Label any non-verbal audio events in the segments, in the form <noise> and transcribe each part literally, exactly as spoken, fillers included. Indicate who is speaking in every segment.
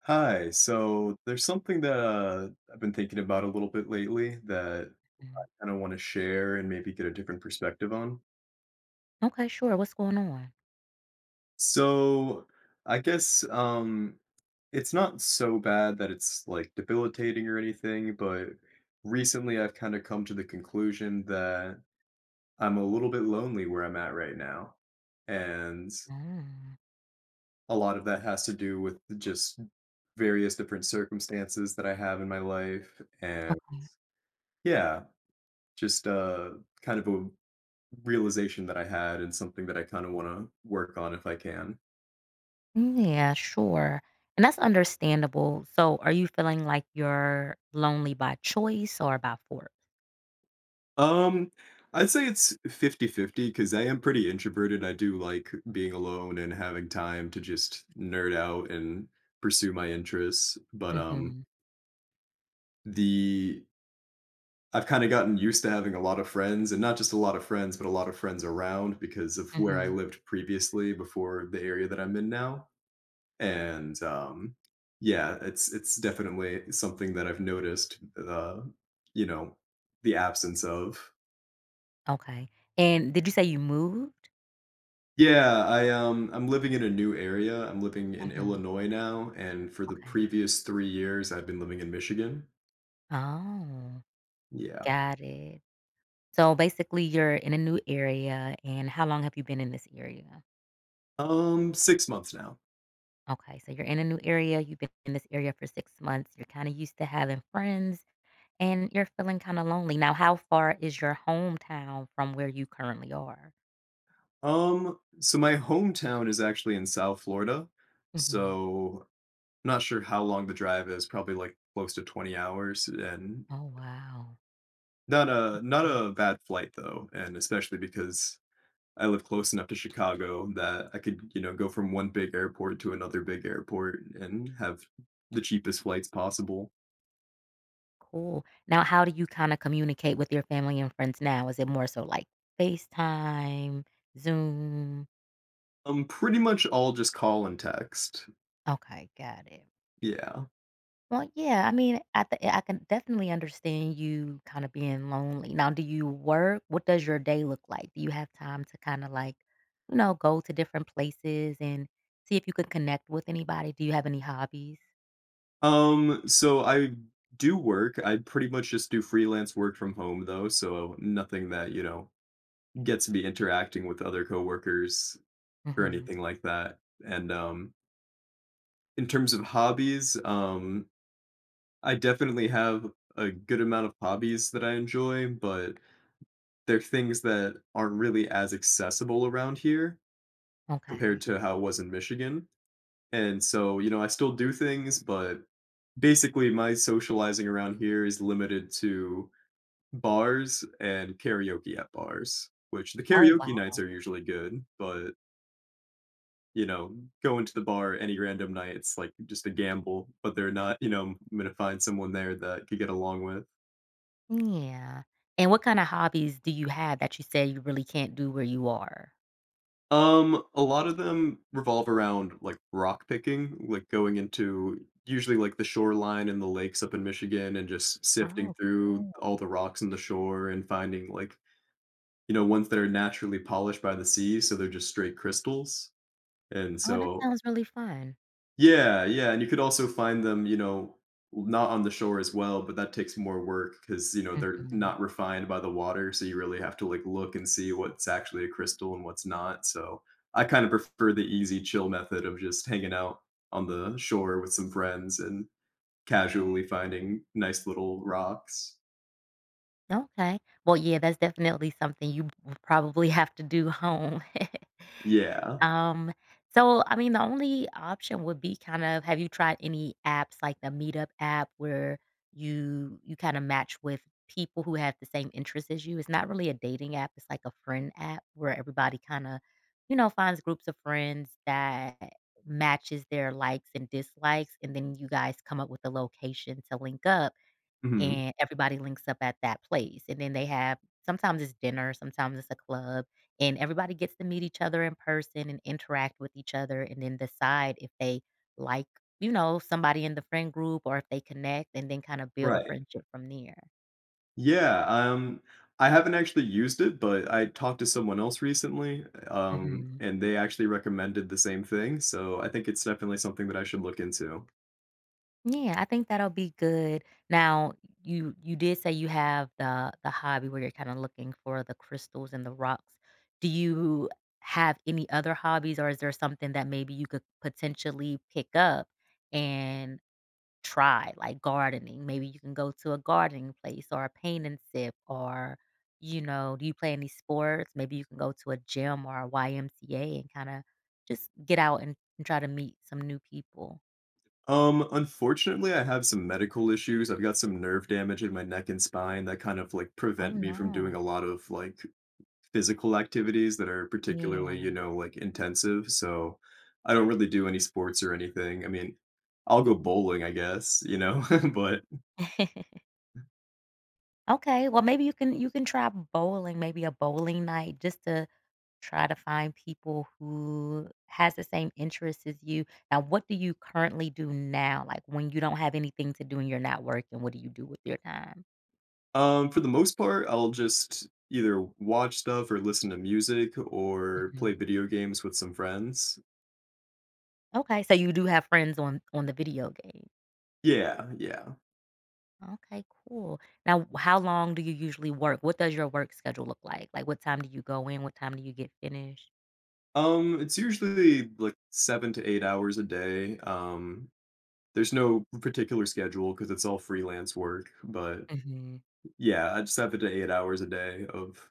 Speaker 1: Hi. So there's something that uh, I've been thinking about a little bit lately that
Speaker 2: Mm.
Speaker 1: I don't want to share and maybe get a different perspective on.
Speaker 2: Okay, sure. What's going on?
Speaker 1: So I guess, um, it's not so bad that it's like debilitating or anything, but recently I've kind of come to the conclusion that I'm a little bit lonely where I'm at right now. And
Speaker 2: Mm,
Speaker 1: a lot of that has to do with just various different circumstances that I have in my life. And
Speaker 2: okay.
Speaker 1: yeah. Just uh, kind of a realization that I had and something that I kind of want to work on if I can.
Speaker 2: Mm, yeah, sure. And that's understandable. So, are you feeling like you're lonely by choice or by force?
Speaker 1: Um, I'd say it's fifty-fifty because I am pretty introverted. I do like being alone and having time to just nerd out and pursue my interests. But um,
Speaker 2: Mm-hmm.
Speaker 1: the I've kind of gotten used to having a lot of friends and not just a lot of friends, but a lot of friends around because of where I
Speaker 2: Mm-hmm.
Speaker 1: lived previously before the area that I'm in now. And, um, yeah, it's it's definitely something that I've noticed, uh, you know, the absence of.
Speaker 2: Okay. And did you say you moved?
Speaker 1: Yeah, I, um I'm living in a new area. I'm living in
Speaker 2: Mm-hmm.
Speaker 1: Illinois now, and for the
Speaker 2: Okay.
Speaker 1: previous three years, I've been living in Michigan.
Speaker 2: Oh,
Speaker 1: Yeah.
Speaker 2: got it. So basically, you're in a new area. And how long have you been in this area?
Speaker 1: Um, six months now.
Speaker 2: Okay. So you're in a new area. You've been in this area for six months. You're kind of used to having friends, and you're feeling kinda lonely. Now how far is your hometown from where you currently are?
Speaker 1: Um, so my hometown is actually in South Florida,
Speaker 2: Mhm.
Speaker 1: so I'm not sure how long the drive is, probably, like, close to twenty hours, and
Speaker 2: Oh, wow.
Speaker 1: Not a not
Speaker 2: Okay,
Speaker 1: a bad flight though, and especially because I live close enough to Chicago that I could, you know, go from one big airport to another big airport and have the cheapest flights possible.
Speaker 2: cool. Now how do you kinda communicate with your family and friends now? Is it more so like FaceTime, Zoom?
Speaker 1: Um, pretty much all just call and text.
Speaker 2: Okay, got it.
Speaker 1: Yeah.
Speaker 2: Well, yeah, I mean, at the I can definitely understand you kinda being lonely. Now do you work? What does your day look like? Do you have time to kinda, like, you know, go to different places and see if you could connect with anybody? Do you have any hobbies?
Speaker 1: Um, so I do work. I pretty much just do freelance work from home though, so nothing that, you know, gets me interacting with other coworkers or
Speaker 2: Mhm.
Speaker 1: anything like that. And um in terms of hobbies, um I definitely have a good amount of hobbies that I enjoy, but they're things that aren't really as accessible around here compared
Speaker 2: Okay.
Speaker 1: to how it was in Michigan. And so, you know, I still do things, but basically my socializing around here is limited to bars and karaoke at bars, which the
Speaker 2: Oh,
Speaker 1: karaoke nights
Speaker 2: wow.
Speaker 1: are usually good, but you know, going to the bar any random night, it's like just a gamble, but they're not, you know, I'm gonna find someone there that I could get along with.
Speaker 2: Yeah. And what kinda hobbies do you have that you say you really can't do where you are?
Speaker 1: Um, a lot of them revolve around like rock picking, like going into usually like the shoreline and the lakes up in Michigan and just sifting
Speaker 2: Oh,
Speaker 1: through
Speaker 2: cool.
Speaker 1: all the rocks in the shore and finding like, you know, ones that are naturally polished by the sea, so they're just straight crystals. And
Speaker 2: Oh, that
Speaker 1: so
Speaker 2: sounds really fun.
Speaker 1: yeah, yeah, and you could also find them, you know, not on the shore as well, but that takes more work because you know, they're
Speaker 2: Mhm.
Speaker 1: not refined by the water, so you really have to, like, look and see what's actually a crystal and what's not, so I kinda prefer the easy chill method of just hanging out on the shore with some friends and casually finding nice little rocks.
Speaker 2: Okay. Well, yeah, that's definitely something you will probably <laughs> have to do home.
Speaker 1: Yeah.
Speaker 2: Um, so I mean, the only option would be kind of have you tried any apps like the Meetup app where you you kind of match with people who have the same interests as you? It's not really a dating app, it's like a friend app where everybody kind of, you know, finds groups of friends that matches their likes and dislikes, and then you guys come up with a location to link up
Speaker 1: Mhm.
Speaker 2: and everybody links up at that place, and then they have sometimes it's dinner, sometimes it's a club, and everybody gets to meet each other in person and interact with each other and then decide if they like, you know, somebody in the friend group or if they connect and then kind of build a
Speaker 1: Right.
Speaker 2: friendship from there.
Speaker 1: Yeah, um, I haven't actually used it, but I talked to someone else recently, um,
Speaker 2: Mhm.
Speaker 1: and they actually recommended the same thing, so I think it's definitely something that I should look into.
Speaker 2: Yeah, I think that'll be good. Now, you you did say you have the the hobby where you're kind of looking for the crystals and the rocks. Do you have any other hobbies, or is there something that maybe you could potentially pick up and try, like gardening? Maybe you can go to a gardening place or a paint and sip, or you know, do you play any sports? Maybe you can go to a gym or a Y M C A and kind of just get out and, and try to meet some new people.
Speaker 1: Um, unfortunately, I have some medical issues. I've got some nerve damage in my neck and spine that kind of like
Speaker 2: Oh
Speaker 1: prevent me from doing
Speaker 2: no.
Speaker 1: a lot of like physical activities that are particularly, you
Speaker 2: Yeah.
Speaker 1: know, like intensive. So I don't really do any sports or anything. I mean, I'll go bowling, I guess, you know, <laughs> but
Speaker 2: <laughs> Okay, well, maybe you can you can try bowling, maybe a bowling night just to try to find people who has the same interests as you. Now, what do you currently do now? Like when you don't have anything to do and you're not working, what do you do with your time?
Speaker 1: Um, for the most part, I'll just either watch stuff or listen to music or
Speaker 2: Mhm.
Speaker 1: play video games with some friends.
Speaker 2: Okay, so you do have friends on on the video game.
Speaker 1: Yeah, yeah.
Speaker 2: Okay, cool. Now, w- how long do you usually work? What does your work schedule look like? Like what time do you go in? What time do you get finished?
Speaker 1: Um, it's usually like seven to eight hours a day. Um, there's no particular schedule because it's all freelance work, but
Speaker 2: Mhm.
Speaker 1: yeah, I just seven to eight hours a day of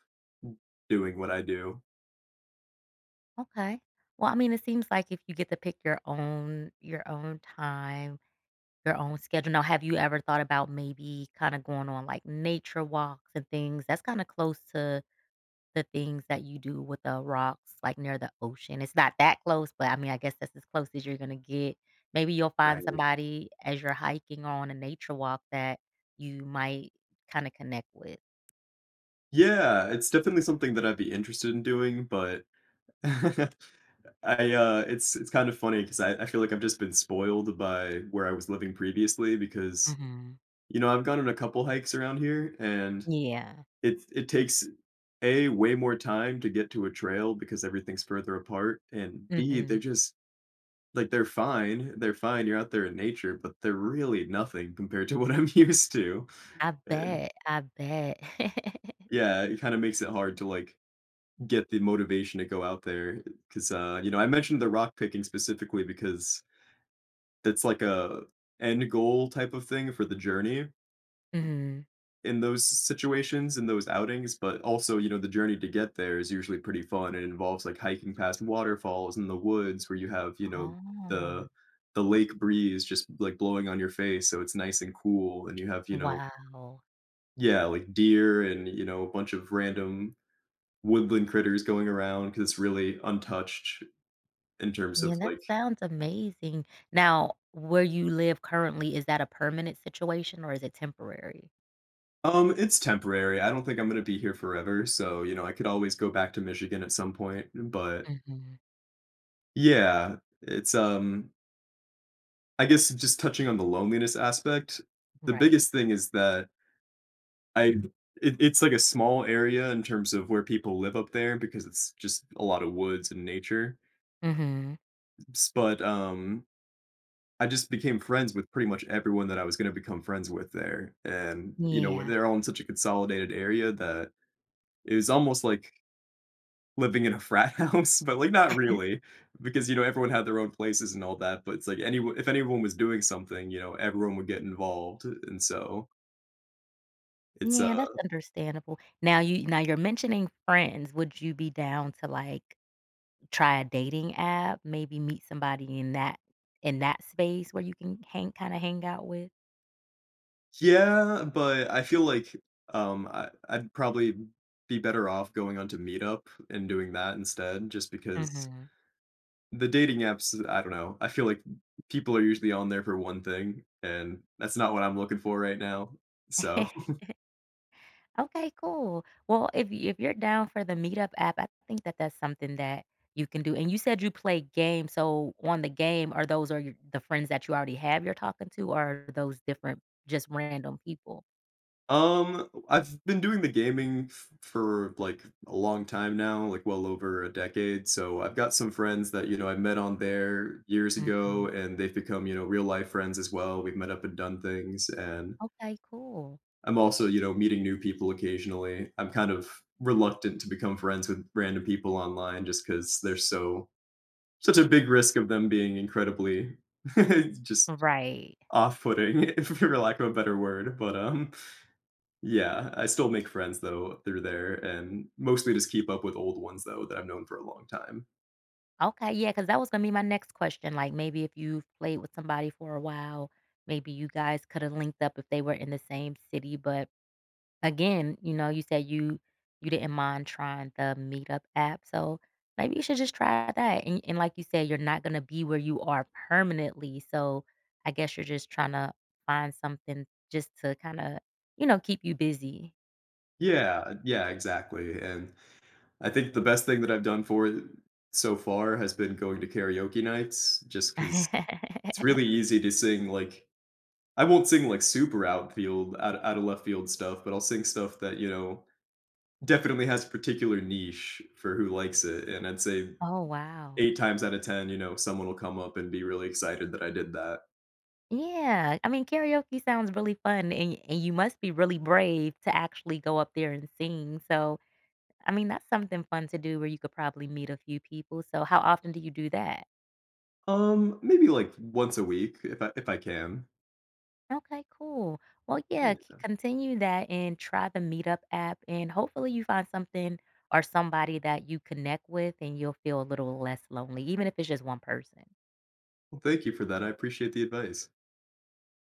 Speaker 1: doing what I do.
Speaker 2: Okay. Well, I mean, it seems like if you get to pick your own your own time, your own schedule. Now, have you ever thought about maybe kind of going on like nature walks and things? That's kind of close to the things that you do with the rocks, like near the ocean. It's not that close, but I mean, I guess that's as close as you're gonna get. Maybe you'll find
Speaker 1: Right.
Speaker 2: somebody as you're hiking or on a nature walk that you might kind of connect with.
Speaker 1: Yeah, it's definitely something that I'd be interested in doing, but <laughs> I, uh, it's it's kind of funny because I I feel like I've just been spoiled by where I was living previously because,
Speaker 2: Hmm.
Speaker 1: you know, I've gone on a couple hikes around here, and
Speaker 2: Yeah.
Speaker 1: it it takes, A, way more time to get to a trail because everything's further apart, and B,
Speaker 2: Hmm.
Speaker 1: they're just like, they're fine, they're fine, you're out there in nature, but they're really nothing compared to what I'm <laughs> used to,
Speaker 2: I
Speaker 1: and
Speaker 2: bet. I bet.
Speaker 1: yeah, it kinda makes it hard to, like, get the motivation to go out there 'cause, uh, you know, I mentioned the rock picking specifically because that's like a end goal type of thing for the journey
Speaker 2: <laughs> Hmm.
Speaker 1: in those situations, in those outings, but also, you know, the journey to get there is usually pretty fun. It involves like hiking past waterfalls in the woods where you have, you know,
Speaker 2: Oh,
Speaker 1: the the lake breeze just like blowing on your face, so it's nice and cool and you have, you know,
Speaker 2: wow.
Speaker 1: yeah, like deer and, you know, a bunch of random woodland critters going around because it's really untouched in terms
Speaker 2: Yeah,
Speaker 1: of
Speaker 2: that
Speaker 1: like
Speaker 2: sounds amazing. Now, where you live currently, is that a permanent situation or is it temporary?
Speaker 1: Um, it's temporary. I don't think I'm gonna be here forever, so, you know, I could always go back to Michigan at some point, but
Speaker 2: Mhm.
Speaker 1: yeah, it's, um I guess just touching on the loneliness aspect, the
Speaker 2: Right.
Speaker 1: biggest thing is that I it it's like a small area in terms of where people live up there because it's just a lot of woods and nature,
Speaker 2: Mhm.
Speaker 1: s but, um, I just became friends with pretty much everyone that I was gonna become friends with there, and, you know,
Speaker 2: Yeah.
Speaker 1: they're all in such a consolidated area that it was almost like living in a <laughs> frat house, but, like, not really, because, you know, everyone had their own places and all that, but it's like any if anyone was doing something, you know, everyone would get involved, and so it's,
Speaker 2: Yeah,
Speaker 1: uh
Speaker 2: that's understandable. Now you now you're mentioning friends. Would you be down to, like, try a dating app? Maybe meet somebody in that in that space where you can hang kinda hang out with?
Speaker 1: Yeah, but I feel like, um, I I'd probably be better off going onto Meetup and doing that instead just because
Speaker 2: Mhm.
Speaker 1: the dating apps, I don't know, I feel like people are usually on there for one thing, and that's not what I'm looking for right now, so
Speaker 2: <laughs> Okay, cool. Well, if you if you're down for the Meetup app, I think that that's something that you can do. And you said you play games, so on the game, are those are your, the friends that you already have you're talking to, or are those different, just random people?
Speaker 1: Um, I've been doing the gaming f- for like a long time now, like well over a decade. So I've got some friends that, you know, I met on there years
Speaker 2: Mhm.
Speaker 1: ago and they've become, you know, real life friends as well. We've met up and done things. And
Speaker 2: Okay, cool.
Speaker 1: I'm also, you know, meeting new people occasionally. I'm kind of reluctant to become friends with random people online just because they're so, such a big risk of them being incredibly <laughs> just
Speaker 2: Right.
Speaker 1: off putting, <laughs> for lack of a better word. But, um, yeah, I still make friends though through there and mostly just keep up with old ones though that I've known for a long time.
Speaker 2: Okay, yeah, because that was gonna be my next question. Like maybe if you've played with somebody for a while, maybe you guys could have linked up if they were in the same city, but again, you know, you said you you didn't mind trying the Meetup app, so maybe you should just try that. And and like you said, you're not gonna be where you are permanently, so I guess you're just trying to find something just to kind of, you know, keep you busy. <laughs>
Speaker 1: Yeah, yeah, exactly. And I think the best thing that I've done for it so far has been going to karaoke nights just because it's really easy to sing like I won't sing like super outfield out, out of left field stuff, but I'll sing stuff that, you know, definitely has a particular niche for who likes it. And I'd say
Speaker 2: Oh, wow.
Speaker 1: eight times out of ten, you know, someone will come up and be really excited that I did that.
Speaker 2: Yeah, I mean, karaoke sounds really fun, and and you must be really brave to actually go up there and sing. So, I mean, that's something fun to do where you could probably meet a few people. So, how often do you do that?
Speaker 1: Um, maybe like once a week if I if I can.
Speaker 2: Okay, cool. Well, yeah, c-
Speaker 1: Yeah.
Speaker 2: continue that and try the Meetup app, and hopefully you find something or somebody that you connect with, and you'll feel a little less lonely, even if it's just one person.
Speaker 1: Well, thank you for that. I appreciate the advice.